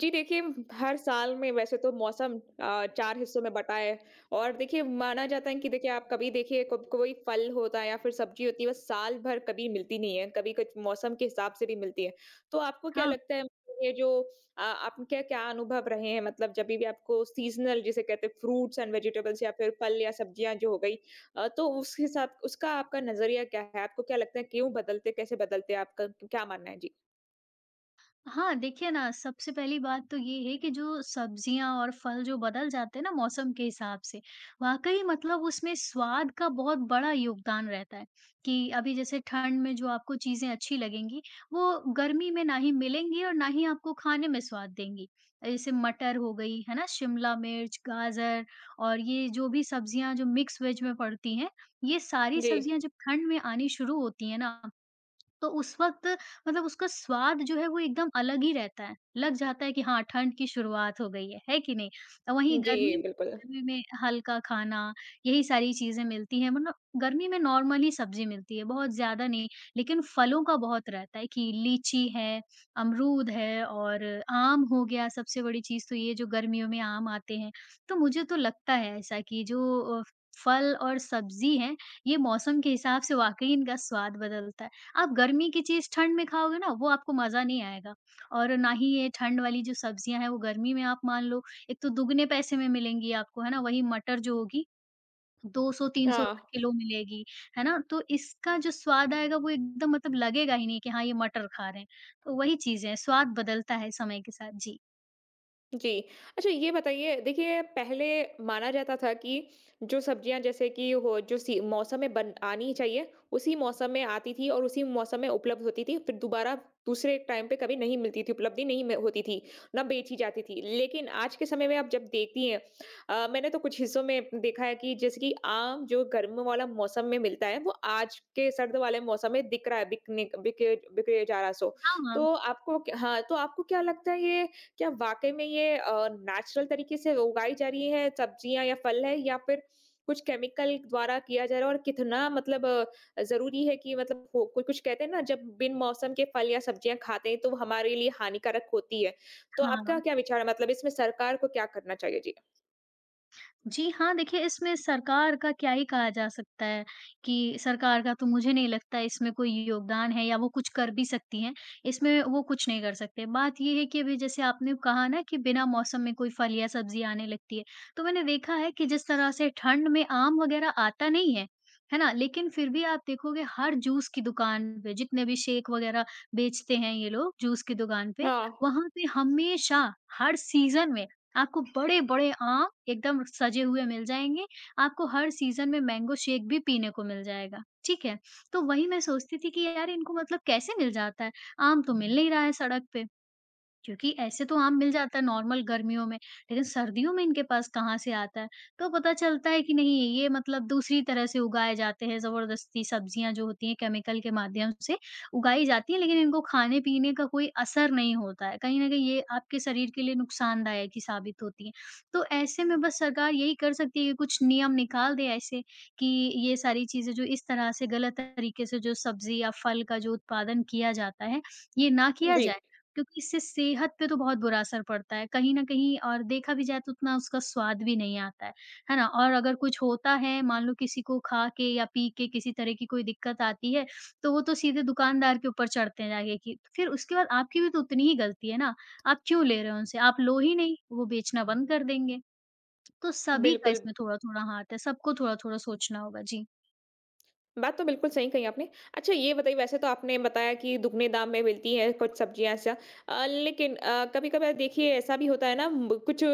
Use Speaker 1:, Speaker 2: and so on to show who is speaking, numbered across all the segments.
Speaker 1: जी देखिए, हर साल में वैसे तो मौसम 4 हिस्सों में बँटा है। और देखिए माना जाता है कि देखिए आप कभी देखिए क कोई फल होता है या फिर सब्ज़ी होती है, वो साल भर कभी मिलती नहीं है, कभी कुछ मौसम के हिसाब से भी मिलती है। तो आपको क्या
Speaker 2: हाँ,
Speaker 1: लगता है, मतलब ये जो आपके क्या क्या अनुभव रहे हैं, मतलब जभी भी आपको सीज़नल जिसे कहते हैं फ्रूट्स एंड वेजिटेबल्स या फिर फल या सब्ज़ियाँ जो हो गई, तो उस हिसाब उसका आपका नज़रिया क्या है? आपको क्या लगता है क्यों बदलते, कैसे बदलते हैं? आपका क्या मानना है? जी।
Speaker 2: हाँ, देखिए ना सबसे पहली बात तो ये है कि जो सब्जियाँ और फल जो बदल जाते हैं ना मौसम के हिसाब से, वाक़ई मतलब उसमें स्वाद का बहुत बड़ा योगदान रहता है, कि अभी जैसे ठंड में जो आपको चीज़ें अच्छी लगेंगी, वो गर्मी में ना ही मिलेंगी और ना ही आपको खाने में स्वाद देंगी। जैसे मटर हो गई, है ना? शिमला मिर्च, गाजर और ये जो भी सब्जियाँ जो मिक्स वेज में पड़ती हैं, ये सारी
Speaker 1: जी।
Speaker 2: सब्जियाँ जब ठंड में आनी शुरू होती हैं ना तो उस वक़्त मतलब उसका स्वाद जो है वो एकदम अलग ही रहता है। लग जाता है कि हाँ, ठंड की शुरुआत हो गई है कि नहीं? अ, वहीं
Speaker 1: जी,
Speaker 2: गर्मी
Speaker 1: बिल्कुल।
Speaker 2: गर्मी में हल्का खाना, यही सारी चीज़ें मिलती हैं मतलब गर्मी में नॉर्मल ही सब्ज़ी मिलती है, बहुत ज़्यादा नहीं। लेकिन फलों का बहुत रहता है कि लीची है, अमरूद है और आम हो गया सबसे बड़ी चीज़ तो ये जो गर्मियों में आम आते हैं। तो मुझे तो लगता है ऐसा कि जो अ, फल और सब्ज़ी हैं, ये मौसम के हिसाब से वाक़ई इनका स्वाद बदलता है। आप गर्मी की चीज़ ठंड में खाओगे ना वो आपको मज़ा नहीं आएगा और ना ही ये ठंड वाली जो सब्जियाँ हैं वो गर्मी में आप मान लो एक तो दुगने पैसे में मिलेंगी आपको है ना वही मटर जो होगी 200-300
Speaker 1: हाँ।
Speaker 2: रुपए किलो मिलेगी, है ना? तो इसका जो स्वाद आएगा वो एकदम मतलब लगेगा ही नहीं कि हाँ, ये मटर खा रहे हैं। तो वही चीज़ें हैं, स्वाद बदलता है समय के साथ। जी।
Speaker 1: जी। अच्छा ये बताइए देखिए, पहले माना जाता था कि जो सब्जियाँ जैसे कि हो जो सी मौसम में बन आनी ही चाहिए, उसी मौसम में आती थी और उसी मौसम में उपलब्ध होती थी। फिर दोबारा दूसरे टाइम पे कभी नहीं मिलती थी, उपलब्धि नहीं म होती थी, ना बेची जाती थी। लेकिन आज के समय में आप जब देखती हैं, मैंने तो कुछ हिस्सों में देखा है कि जैसे कि आम जो गर्म वाला मौसम में मिलता है, वो आज के सर्द वाले मौसम में दिख रहा है, बिकने बिके बिके जा रहा है सो।
Speaker 2: हाँ, हाँ।
Speaker 1: तो आपको क हाँ, तो आपको क्या लगता है, ये क्या वाक़ई में ये नेचुरल तरीके से उगाई जा रही है सब्जियाँ या फल है, या फिर कुछ केमिकल द्वारा किया जा रहा है? और कितना, मतलब ज़रूरी है कि, मतलब हो कोई, कुछ कहते हैं ना जब बिन मौसम के फल या सब्जियाँ खाते हैं तो वो हमारे लिए हानिकारक होती है। तो आपका
Speaker 2: हाँ।
Speaker 1: क्या विचार है, मतलब इसमें सरकार को क्या करना चाहिए? जी।
Speaker 2: जी हाँ, देखिए इसमें सरकार का क्या ही कहा जा सकता है कि सरकार का तो मुझे नहीं लगता इसमें कोई योगदान है या वो कुछ कर भी सकती हैं। इसमें वो कुछ नहीं कर सकते। बात ये है कि अभी जैसे आपने कहा ना कि बिना मौसम में कोई फल या सब्ज़ी आने लगती है। तो मैंने देखा है कि जिस तरह से ठंड में आम वग़ैरह आता नहीं है, है ना? लेकिन फिर भी आप देखोगे हर जूस की दुकान पे जितने भी शेक वग़ैरह बेचते हैं ये लोग जूस की दुकान पे,
Speaker 1: हाँ,
Speaker 2: वहाँ पे हमेशा हर सीज़न में आपको बड़े-बड़े आम एकदम सजे हुए मिल जाएँगे, आपको हर सीज़न में मैंगो शेक भी पीने को मिल जाएगा, ठीक है? तो वही मैं सोचती थी कि यार इनको मतलब कैसे मिल जाता है? आम तो मिल नहीं रहा है सड़क पे। क्योंकि ऐसे तो आम मिल जाता है नॉर्मल गर्मियों में, लेकिन सर्दियों में इनके पास कहाँ से आता है? तो पता चलता है कि नहीं ये मतलब दूसरी तरह से उगाए जाते हैं, ज़बरदस्ती सब्जियाँ जो होती हैं केमिकल के माध्यम से उगाई जाती हैं, लेकिन इनको खाने-पीने का कोई असर नहीं होता है। कहीं न कहीं ये आपके शरीर के लिए नुकसानदायक ही साबित होती हैं। तो ऐसे में बस सरकार यही कर सकती है कि कुछ नियम निकाल दे ऐसे कि ये सारी चीज़ें जो इस तरह से गलत तरीके से जो सब्ज़ी या फल का जो उत्पादन किया जाता है, ये ना किया
Speaker 1: जी,
Speaker 2: जाए। क्योंकि इससे सेहत पे तो बहुत बुरा असर पड़ता है कहीं न कहीं और देखा भी जाए तो उतना उसका स्वाद भी नहीं आता है ना? और अगर कुछ होता है मान लो किसी को खा के या पी के किसी तरह की कोई दिक्कत आती है, तो वो तो सीधे दुकानदार के ऊपर चढ़ते हैं जाके कि फिर उसके बाद आपकी भी तो उतनी ही गलती है ना, आप क्यों ले रहे हो उनसे? आप लो ही नहीं, वो बेचना बंद कर देंगे। तो सभी का
Speaker 1: बिल्कुल।
Speaker 2: इसमें थोड़ा-थोड़ा हाथ है, सबको थोड़ा-थोड़ा सोचना होगा। जी।
Speaker 1: बात तो बिल्कुल सही कही आपने। अच्छा ये बताइए, वैसे तो आपने बताया कि दुगने दाम में मिलती हैं कुछ सब्जियाँ ऐसा, लेकिन कभी-कभार देखिए ऐसा भी होता है ना म कुछ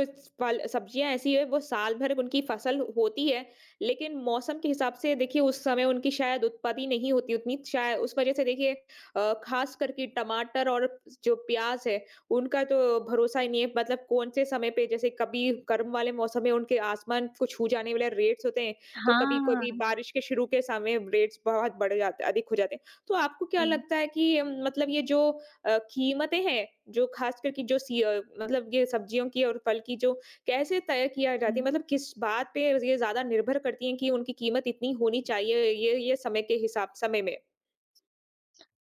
Speaker 1: फल सब्जियाँ ऐसी हैं वो साल भर उनकी फसल होती है, लेकिन मौसम के हिसाब से देखिए उस समय उनकी शायद उत्पत्ति नहीं होती उतनी, शायद उस वज़ह से देखिए, ख़ास करके टमाटर और जो प्याज़ है, उनका तो भरोसा ही नहीं है, मतलब कौन से समय पे, जैसे कभी गर्म वाले मौसम में उनके आसमान को छू जाने वाले रेट्स होते हैं, तो कभी-कभी
Speaker 2: हाँ,
Speaker 1: बारिश के शुरू के समय रेट्स बहुत बढ़ जाते अधिक हो जाते हैं। तो आपको क्या
Speaker 2: जी,
Speaker 1: लगता है कि मतलब ये जो कीमतें हैं, जो ख़ासकर कि जो सी मतलब ये सब्जियों की और फल की जो कैसे तय किया जाती है?
Speaker 2: जी।
Speaker 1: मतलब किस बात पे ये ज़्यादा निर्भर करती हैं कि उनकी कीमत इतनी होनी चाहिए, ये समय के हिसाब समय में?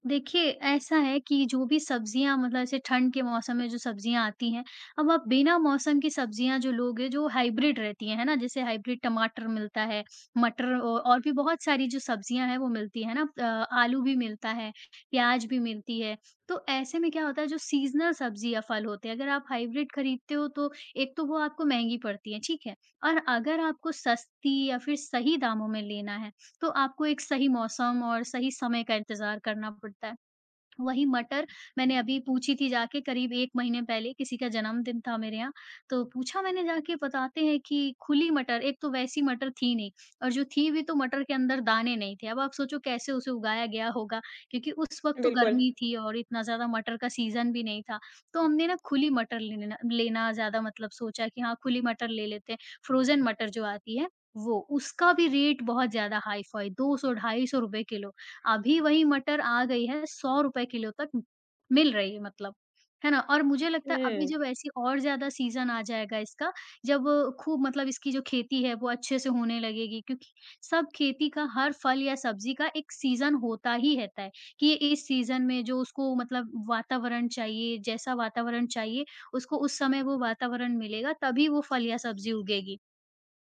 Speaker 2: देखिए, ऐसा है कि जो भी सब्जियाँ मतलब ऐसे ठंड के मौसम में जो सब्जियाँ आती हैं, अब आप बिना मौसम की सब्जियाँ जो लोगे जो हाइब्रिड रहती हैं, है ना? जैसे हाइब्रिड टमाटर मिलता है, मटर औ और भी बहुत सारी जो सब्जियाँ हैं वो मिलती हैं ना आलू भी मिलता है, प्याज भी मिलती है। तो ऐसे में क्या होता है जो सीज़नल सब्जी या फल होते हैं, अगर आप हाइब्रिड खरीदते हो तो एक तो वो आपको महँगी पड़ती है, ठीक है? और अगर आपको सस्ती या फिर सही दामों में लेना है, तो आपको एक सही मौसम और सही समय का इंतज़ार करना पड़ता है। वही मटर मैंने अभी पूछी थी जाके करीब 1 महीने पहले, किसी का जन्मदिन था मेरे यहाँ, तो पूछा मैंने जाके बताते हैं कि खुली मटर, एक तो वैसी मटर थी नहीं और जो थी भी तो मटर के अंदर दाने नहीं थे। अब आप सोचो कैसे उसे उगाया गया होगा क्योंकि उस वक़्त तो
Speaker 1: बिल्कुल।
Speaker 2: गर्मी थी और इतना ज़्यादा मटर का सीज़न भी नहीं था। तो हमने ना खुली मटर लेना लेना ज़्यादा मतलब सोचा कि हाँ, खुली मटर ले लेते हैं, फ्रोज़न मटर जो आती है वो, उसका भी रेट बहुत ज़्यादा हाई-फ़ाई 200 ₹250 किलो। अभी वही मटर आ गई है ₹100 किलो तक मिल रही है मतलब, है ना? और मुझे लगता है अभी
Speaker 1: हुँ।
Speaker 2: जब ऐसी और ज़्यादा सीज़न आ जाएगा इसका, जब खूब मतलब इसकी जो खेती है वो अच्छे से होने लगेगी क्योंकि सब खेती का हर फल या सब्ज़ी का एक सीज़न होता ही रहता है, कि ये इस सीज़न में जो उसको मतलब वातावरण चाहिए, जैसा वातावरण चाहिए, उसको उस समय वो वातावरण मिलेगा तभी वो फल या सब्ज़ी उगेगी।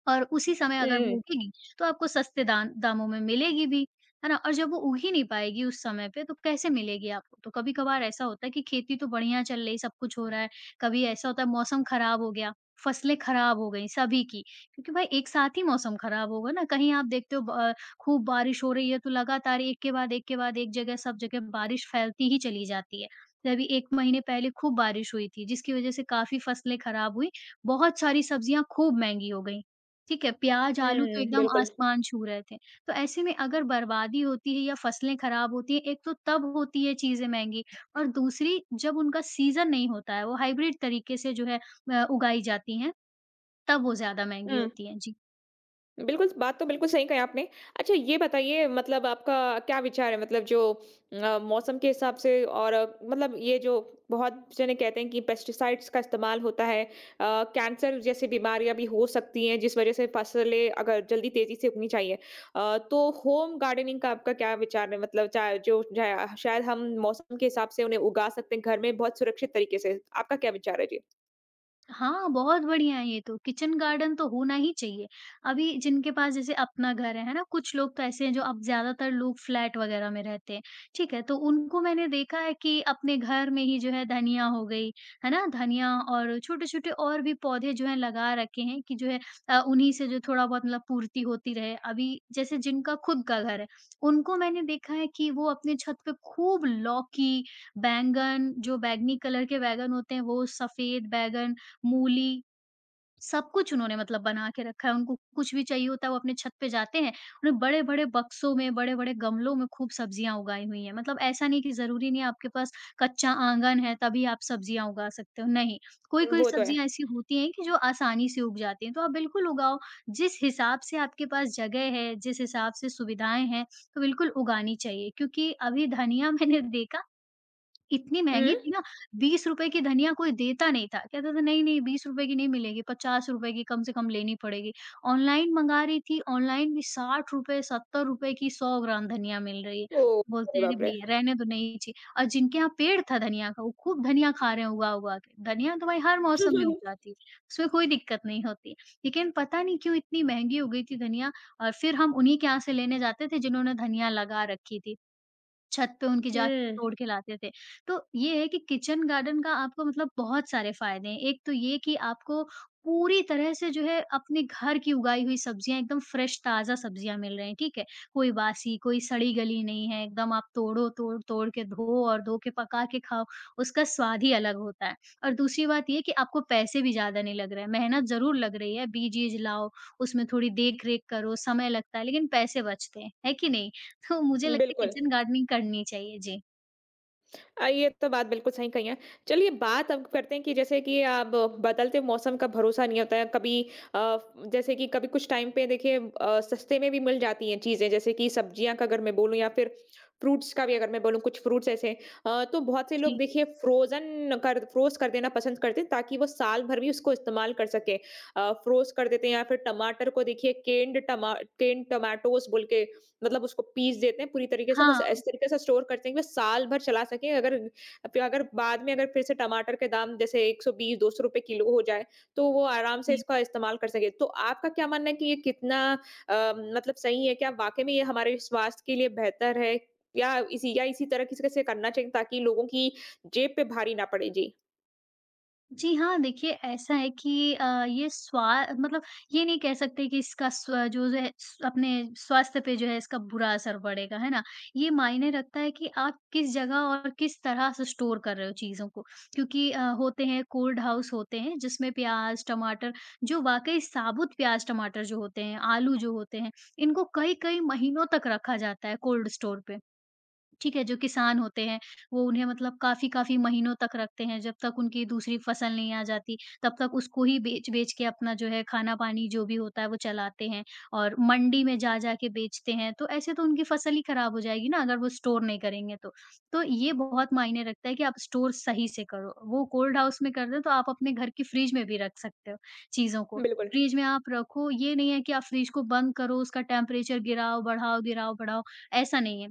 Speaker 2: और उसी समय अगर वो
Speaker 1: हुँ,
Speaker 2: उगेगी, तो आपको सस्ते दान दामों में मिलेगी भी, है ना? और जब वो उग ही नहीं पाएगी उस समय पे, तो कैसे मिलेगी आपको? तो कभी-कभार ऐसा होता है कि खेती तो बढ़िया चल रही, सब कुछ हो रहा है, कभी ऐसा होता है मौसम खराब हो गया, फसलें खराब हो गई सभी की, क्योंकि भाई एक साथ ही मौसम खराब होगा ना, कहीं आप देखते हो खूब बारिश हो रही है, तो लगातार एक के बाद एक के बाद एक जगह सब जगह बारिश फैलती ही चली जाती है। तो अभी 1 महीने पहले खूब बारिश हुई थी, जिसकी वजह से काफ़ी फसलें खराब हुई, बहुत सारी सब्जियाँ खूब महँगी हो गई। ठीक है, प्याज़, आलू तो
Speaker 1: हुँ,
Speaker 2: एकदम
Speaker 1: बिल्कुल।
Speaker 2: आसमान छू रहे थे। तो ऐसे में अगर बर्बादी होती है या फसलें खराब होती हैं, एक तो तब होती है चीज़ें महँगी और दूसरी जब उनका सीज़न नहीं होता है, वो हाइब्रिड तरीके से जो है उगाई जाती हैं, तब वो ज़्यादा महँगी
Speaker 1: हुँ।
Speaker 2: होती हैं। जी।
Speaker 1: बिल्कुल, बात तो बिल्कुल सही कही आपने। अच्छा ये बताइए, मतलब आपका क्या विचार है, मतलब जो मौसम के हिसाब से, और मतलब ये जो बहुत जने कहते हैं कि पेस्टिसाइड्स का इस्तेमाल होता है, कैंसर जैसी बीमारियाँ भी हो सकती हैं जिस वज़ह से फ़सलें अगर जल्दी तेज़ी से उगनी चाहिए। तो होम गार्डनिंग का आपका क्या विचार है? मतलब चाहे जो जाया, शायद हम मौसम के हिसाब से उन्हें उगा सकते हैं घर में बहुत सुरक्षित तरीके से। आपका क्या विचार है? जी।
Speaker 2: हाँ, बहुत बढ़िया है ये तो, किचन गार्डन तो होना ही चाहिए। अभी जिनके पास जैसे अपना घर है ना? कुछ लोग तो ऐसे हैं जो अब ज़्यादातर लोग फ्लैट वग़ैरह में रहते हैं, ठीक है? तो उनको मैंने देखा है कि अपने घर में ही जो है धनिया हो गई, है ना? धनिया और छोटे-छोटे और भी पौधे जो हैं लगा रखे हैं कि जो है उन्हीं से जो थोड़ा बहुत मतलब पूर्ति होती रहे। अभी जैसे जिनका खुद का घर है, उनको मैंने देखा है कि वो अपने छत पे खूब लौकी, बैंगन जो बैंगनी कलर के बैंगन होते हैं वो, सफ़ेद बैंगन मूली, सब कुछ उन्होंने मतलब बना के रखा है। उनको कुछ भी चाहिए होता है, वो अपने छत पे जाते हैं। उन्हें बड़े-बड़े बक्सों में, बड़े-बड़े गमलों में खूब सब्जियाँ उगाई हुई हैं। मतलब ऐसा नहीं कि ज़रूरी नहीं है आपके पास कच्चा आँगन है, तभी आप सब्जियाँ उगा सकते हो, नहीं। कोई-कोई
Speaker 1: वो तो है।
Speaker 2: सब्जियाँ ऐसी होती हैं कि जो आसानी से उग जाती हैं, तो आप बिल्कुल उगाओ। जिस हिसाब से आपके पास जगह है, जिस हिसाब से सुविधाएँ हैं, तो बिल्कुल उगानी चाहिए। क्योंकि अभी धनिया मैंने देखा इतनी महँगी
Speaker 1: हुँ।
Speaker 2: थी ना, ₹20 की धनिया कोई देता नहीं था। कहता था नहीं-नहीं ₹20 की नहीं मिलेगी, ₹50 की कम से कम लेनी पड़ेगी। ऑनलाइन मँगा रही थी, ऑनलाइन भी ₹60 ₹70 की 100 ग्राम धनिया मिल रही है।
Speaker 1: ओह!
Speaker 2: बोलते
Speaker 1: अरे
Speaker 2: हैं अरे
Speaker 1: बाप रे!
Speaker 2: भैया रहने दो नहीं चाहिए और जिनके यहाँ पेड़ था धनिया का, वो खूब धनिया खा रहे हैं उगा-उगा के। धनिया तो भाई हर मौसम में उग जाती है, उसमें कोई दिक्कत नहीं होती। लेकिन पता नहीं क्यों इतनी महँगी हो गई थी धनिया और फिर हम उन्हीं के यहाँ से लेने जाते थे जिन्होंने धनिया लगा रखी थी। छत पे उनकी जाके
Speaker 1: हुँ,
Speaker 2: तोड़ के लाते थे। तो ये है कि किचन गार्डन का आपको मतलब बहुत सारे फ़ायदे हैं। एक तो ये कि आपको पूरी तरह से जो है अपने घर की उगाई हुई सब्जियाँ एकदम फ्रेश ताज़ा सब्जियाँ मिल रही हैं, ठीक है? कोई बासी, कोई सड़ी-गली नहीं है, एकदम आप तोड़ो, तोड़ तोड़ के धो और धो के पका के खाओ, उसका स्वाद ही अलग होता है। और दूसरी बात ये कि आपको पैसे भी ज़्यादा नहीं लग रहे हैं, मेहनत ज़रूर लग रही है, बीज-ईज लाओ, उसमें थोड़ी देख-रेख करो, समय लगता है, लेकिन पैसे बचते हैं, है कि नहीं? तो मुझे लगता है
Speaker 1: बिल्कुल।
Speaker 2: किचन गार्डनिंग करनी चाहिए। जी।
Speaker 1: ये तो बात बिल्कुल सही कही है। चलिए बात अब करते हैं कि जैसे कि अब बदलते मौसम का भरोसा नहीं होता है। कभी, अ, जैसे कि कभी कुछ टाइम पे देखिए सस्ते में भी मिल जाती हैं चीज़ें, जैसे कि सब्जियाँ का अगर मैं बोलूँ या फिर फ्रूट्स का भी अगर मैं बोलूँ, कुछ फ्रूट्स ऐसे, तो बहुत से लोग
Speaker 2: जी।
Speaker 1: देखिए फ्रोज़ कर देना पसंद करते हैं ताकि वो साल भर भी उसको इस्तेमाल कर सके। फ्रोज़ कर देते हैं या फिर टमाटर को देखिए केन्ड टोमेटोज़ बोल के, मतलब उसको पीस देते हैं पूरी तरीके से, बस इस
Speaker 2: हाँ।
Speaker 1: तरीके से स्टोर करते हैं कि वो साल भर चला सकें। अगर बाद में अगर फिर से टमाटर के दाम जैसे 120-200 रुपए किलो हो जाए, तो वो आराम से
Speaker 2: जी।
Speaker 1: इसका इस्तेमाल कर सकें। तो आपका क्या मानना है कि ये कितना, मतलब सही है? क्या वाक़ई में ये हमारे स्वास्थ्य के लिए बेहतर है? या इसी तरह किसी से करना चाहिए ताकि लोगों की जेब पे भारी ना पड़े? जी,
Speaker 2: जी हाँ, देखिए ऐसा है कि ये स्वा मतलब ये नहीं कह सकते कि इसका स्व जो है स अपने स्वास्थ्य पे जो है इसका बुरा असर पड़ेगा, है ना? ये मायने रखता है कि आप किस जगह और किस तरह से स्टोर कर रहे हो चीज़ों को। क्योंकि होते हैं कोल्ड हाउस होते हैं जिसमें प्याज़, टमाटर जो वाक़ई साबुत प्याज़, टमाटर जो होते हैं, आलू जो होते हैं, इनको कई-कई महीनों तक रखा जाता है कोल्ड स्टोर पे। ठीक है, जो किसान होते हैं, वो उन्हें मतलब काफ़ी-काफ़ी महीनों तक रखते हैं, जब तक उनकी दूसरी फ़सल नहीं आ जाती, तब तक उसको ही बेच-बेच के अपना जो है खाना-पानी जो भी होता है, वो चलाते हैं और मंडी में जा-जा के बेचते हैं, तो ऐसे तो उनकी फ़सल ही खराब हो जाएगी ना, अगर वो स्टोर नहीं करेंगे तो। तो ये बहुत मायने रखता है कि आप स्टोर सही से करो, वो कोल्ड हाउस में कर दें, तो आप अपने घर की फ्रिज में भी रख सकते हो चीज़ों को।
Speaker 1: बिल्कुल।
Speaker 2: फ्रिज में आप रखो, ये नहीं है कि आप फ्रिज को बंद करो, उसका टेम्परेचर गिराओ, बढ़ाओ, ऐसा नहीं है।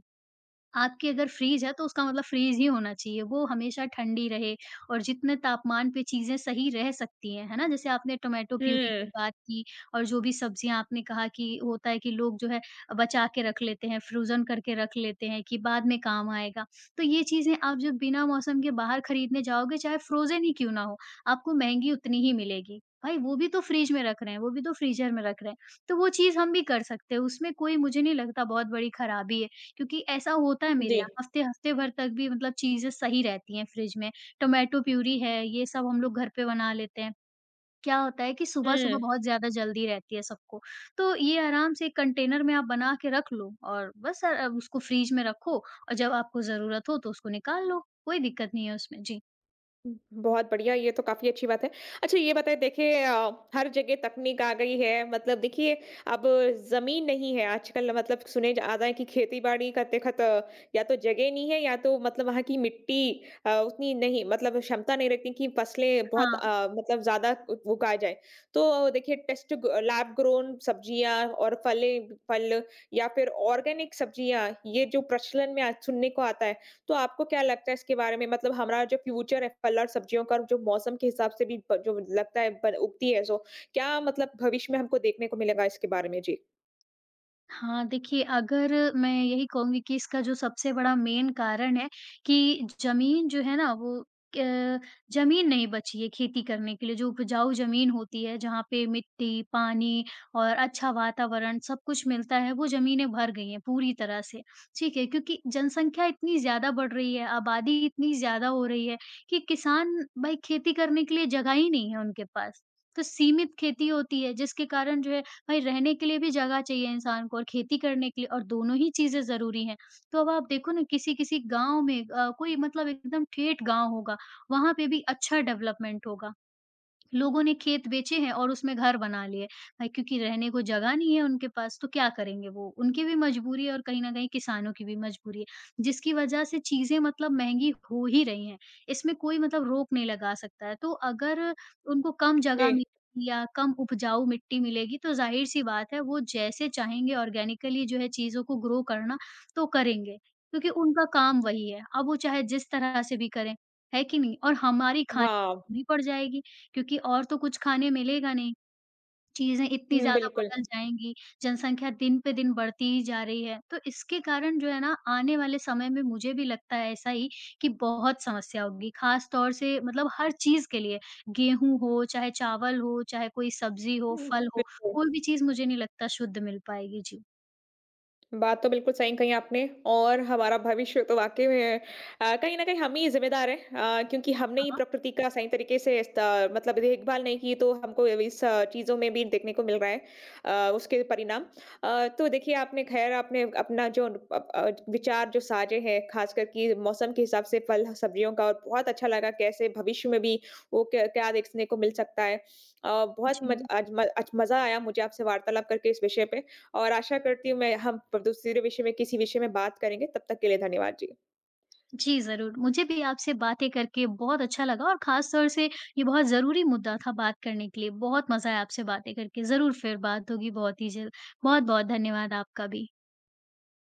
Speaker 2: आपकी अगर फ्रीज़ है तो उसका मतलब फ्रीज़ ही होना चाहिए, वो हमेशा ठंडी रहे और जितने तापमान पे चीज़ें सही रह सकती हैं, है ना? जैसे आपने टोमेटो प्यूरी
Speaker 1: हुँ,
Speaker 2: की बात की और जो भी सब्जियाँ आपने कहा कि होता है कि लोग जो है बचा के रख लेते हैं, फ्रोज़न करके रख लेते हैं कि बाद में काम आएगा। तो ये चीज़ें आप जब बिना मौसम के बाहर खरीदने जाओगे चाहे फ्रोज़न ही क्यों ना हो, आपको महँगी उतनी ही मिलेगी। भाई वो भी तो फ्रिज में रख रहे हैं, वो भी तो फ्रीज़र में रख रहे हैं। तो वो चीज़ हम भी कर सकते हैं, उसमें कोई मुझे नहीं लगता बहुत बड़ी खराबी है। क्योंकि ऐसा होता है मेरे
Speaker 1: जी।
Speaker 2: यहाँ, हफ्ते-हफ्ते भर तक भी मतलब चीज़ें सही रहती हैं फ्रिज में। टोमेटो प्यूरी है, ये सब हम लोग घर पे बना लेते हैं। क्या होता है कि सुबह-सुबह
Speaker 1: हुँ।
Speaker 2: बहुत ज़्यादा जल्दी रहती है सबको, तो ये आराम से एक कंटेनर में आप बना के रख लो और बस उसको फ्रिज में रखो और जब आपको ज़रूरत हो तो उसको निकाल लो, कोई दिक्कत नहीं है उसमें। जी।
Speaker 1: हुँ, बहुत बढ़िया, ये तो काफ़ी अच्छी बात है। अच्छा ये बताइए देखिए, हर जगह तकनीक आ गई है, मतलब देखिए अब ज़मीन नहीं है आजकल, मतलब सुने जा रहा है कि खेती-बाड़ी करते या तो जगह नहीं है या तो, मतलब वहाँ की मिट्टी उतनी नहीं, मतलब क्षमता नहीं रखती कि फसलें बहुत,
Speaker 2: हाँ।
Speaker 1: मतलब ज़्यादा उ उगाए जाए। तो देखिए टेस्ट ग लैब ग्रोन सब्जियाँ और फलें फल या फिर ऑर्गेनिक सब्जियाँ, ये जो प्रचलन में आज सुनने को आता है, तो आपको क्या लगता है इसके बारे में? मतलब हमारा जो फ्यूचर है, फल और सब्जियों का जो मौसम के हिसाब से भी प जो लगता है ब उगती है सो, क्या, मतलब भविष्य में हमको देखने को मिलेगा इसके बारे में? जी।
Speaker 2: हाँ, देखिए अगर मैं यही कहूँगी कि इसका जो सबसे बड़ा मेन कारण है कि ज़मीन जो है ना वो अ, ज़मीन नहीं बची है खेती करने के लिए, जो उपजाऊ ज़मीन होती है जहाँ पे मिट्टी, पानी और अच्छा वातावरण सब कुछ मिलता है, वो ज़मीनें भर गई हैं पूरी तरह से, ठीक है? क्योंकि जनसंख्या इतनी ज़्यादा बढ़ रही है, आबादी इतनी ज़्यादा हो रही है कि किसान भाई खेती करने के लिए जगह ही नहीं है उनके पास। तो सीमित खेती होती है जिसके कारण जो है भाई रहने के लिए भी जगह चाहिए इंसान को और खेती करने के लिए और दोनों ही चीज़ें ज़रूरी हैं। तो अब आप देखो ना किसी-किसी गाँव में कोई मतलब एकदम ठेठ गाँव होगा, वहाँ पे भी अच्छा डेवलपमेंट होगा। लोगों ने खेत बेचे हैं और उसमें घर बना लिए क्योंकि रहने को जगह नहीं है उनके पास तो क्या करेंगे वो? उनकी भी मजबूरी है और कहीं न कहीं किसानों की भी मजबूरी है, जिसकी वजह से चीज़ें मतलब महँगी हो ही रही हैं, इसमें कोई मतलब रोक नहीं लगा सकता है। तो अगर उनको कम
Speaker 1: जी।
Speaker 2: जगह मिलेगी या कम उपजाऊ मिट्टी मिलेगी तो ज़ाहिर-सी बात है वो जैसे चाहेंगे ऑर्गेनिकली जो है चीज़ों को ग्रो करना तो करेंगे, क्योंकि उनका काम वही है। अब वो चाहे जिस तरह से भी करें, है कि नहीं? और हमारी खाने
Speaker 1: हाँ।
Speaker 2: में मजबूरी पड़ जाएगी। क्योंकि और तो कुछ खाने मिलेगा नहीं, चीज़ें इतनी
Speaker 1: हुँ,
Speaker 2: ज़्यादा
Speaker 1: बिल्कुल।
Speaker 2: बदल जाएँगी, जनसँख्या दिन पे दिन बढ़ती ही जा रही है। तो इसके कारण जो है ना आने वाले समय में मुझे भी लगता है ऐसा ही कि बहुत समस्या होगी, ख़ास तौर से मतलब हर चीज़ के लिए, गेहूँ हो, चाहे चावल हो, चाहे कोई सब्ज़ी हो,
Speaker 1: हुँ,
Speaker 2: फल हो,
Speaker 1: बिल्कुल।
Speaker 2: कोई भी चीज़ मुझे नहीं लगता शुद्ध मिल पाएगी। जी।
Speaker 1: बात तो बिल्कुल सही कही आपने और हमारा भविष्य तो वाकई में, कहीं न कहीं हम ही ज़िम्मेदार हैं, क्योंकि हमने ही
Speaker 2: हाँ,
Speaker 1: प्रकृति का सही तरीके से इस त मतलब देखभाल नहीं की, तो हमको इस चीज़ों में भी देखने को मिल रहा है उसके परिणाम। तो देखिए आपने, ख़ैर, आपने अपना जो विचार जो साझे हैं ख़ासकर कि मौसम के हिसाब से फल-सब्जियों का, और बहुत अच्छा लगा कैसे भविष्य में भी वो क्या क्या देखने को मिल सकता है। बहुत मज
Speaker 2: जी।
Speaker 1: आज म आज मज़ा आया मुझे आपसे वार्तालाप करके इस विषय पे। और आशा करती हूँ मैं हम प दूसरे विषय में किसी विषय में बात करेंगे, तब तक के लिए धन्यवाद। जी।
Speaker 2: जी, ज़रूर। मुझे भी आपसे बातें करके बहुत अच्छा लगा और ख़ास तौर से ये बहुत ज़रूरी मुद्दा था बात करने के लिए। बहुत मज़ा आया आपसे बातें करके। ज़रूर फिर बात होगी बहुत ही जल्द। बहुत-बहुत धन्यवाद आपका भी।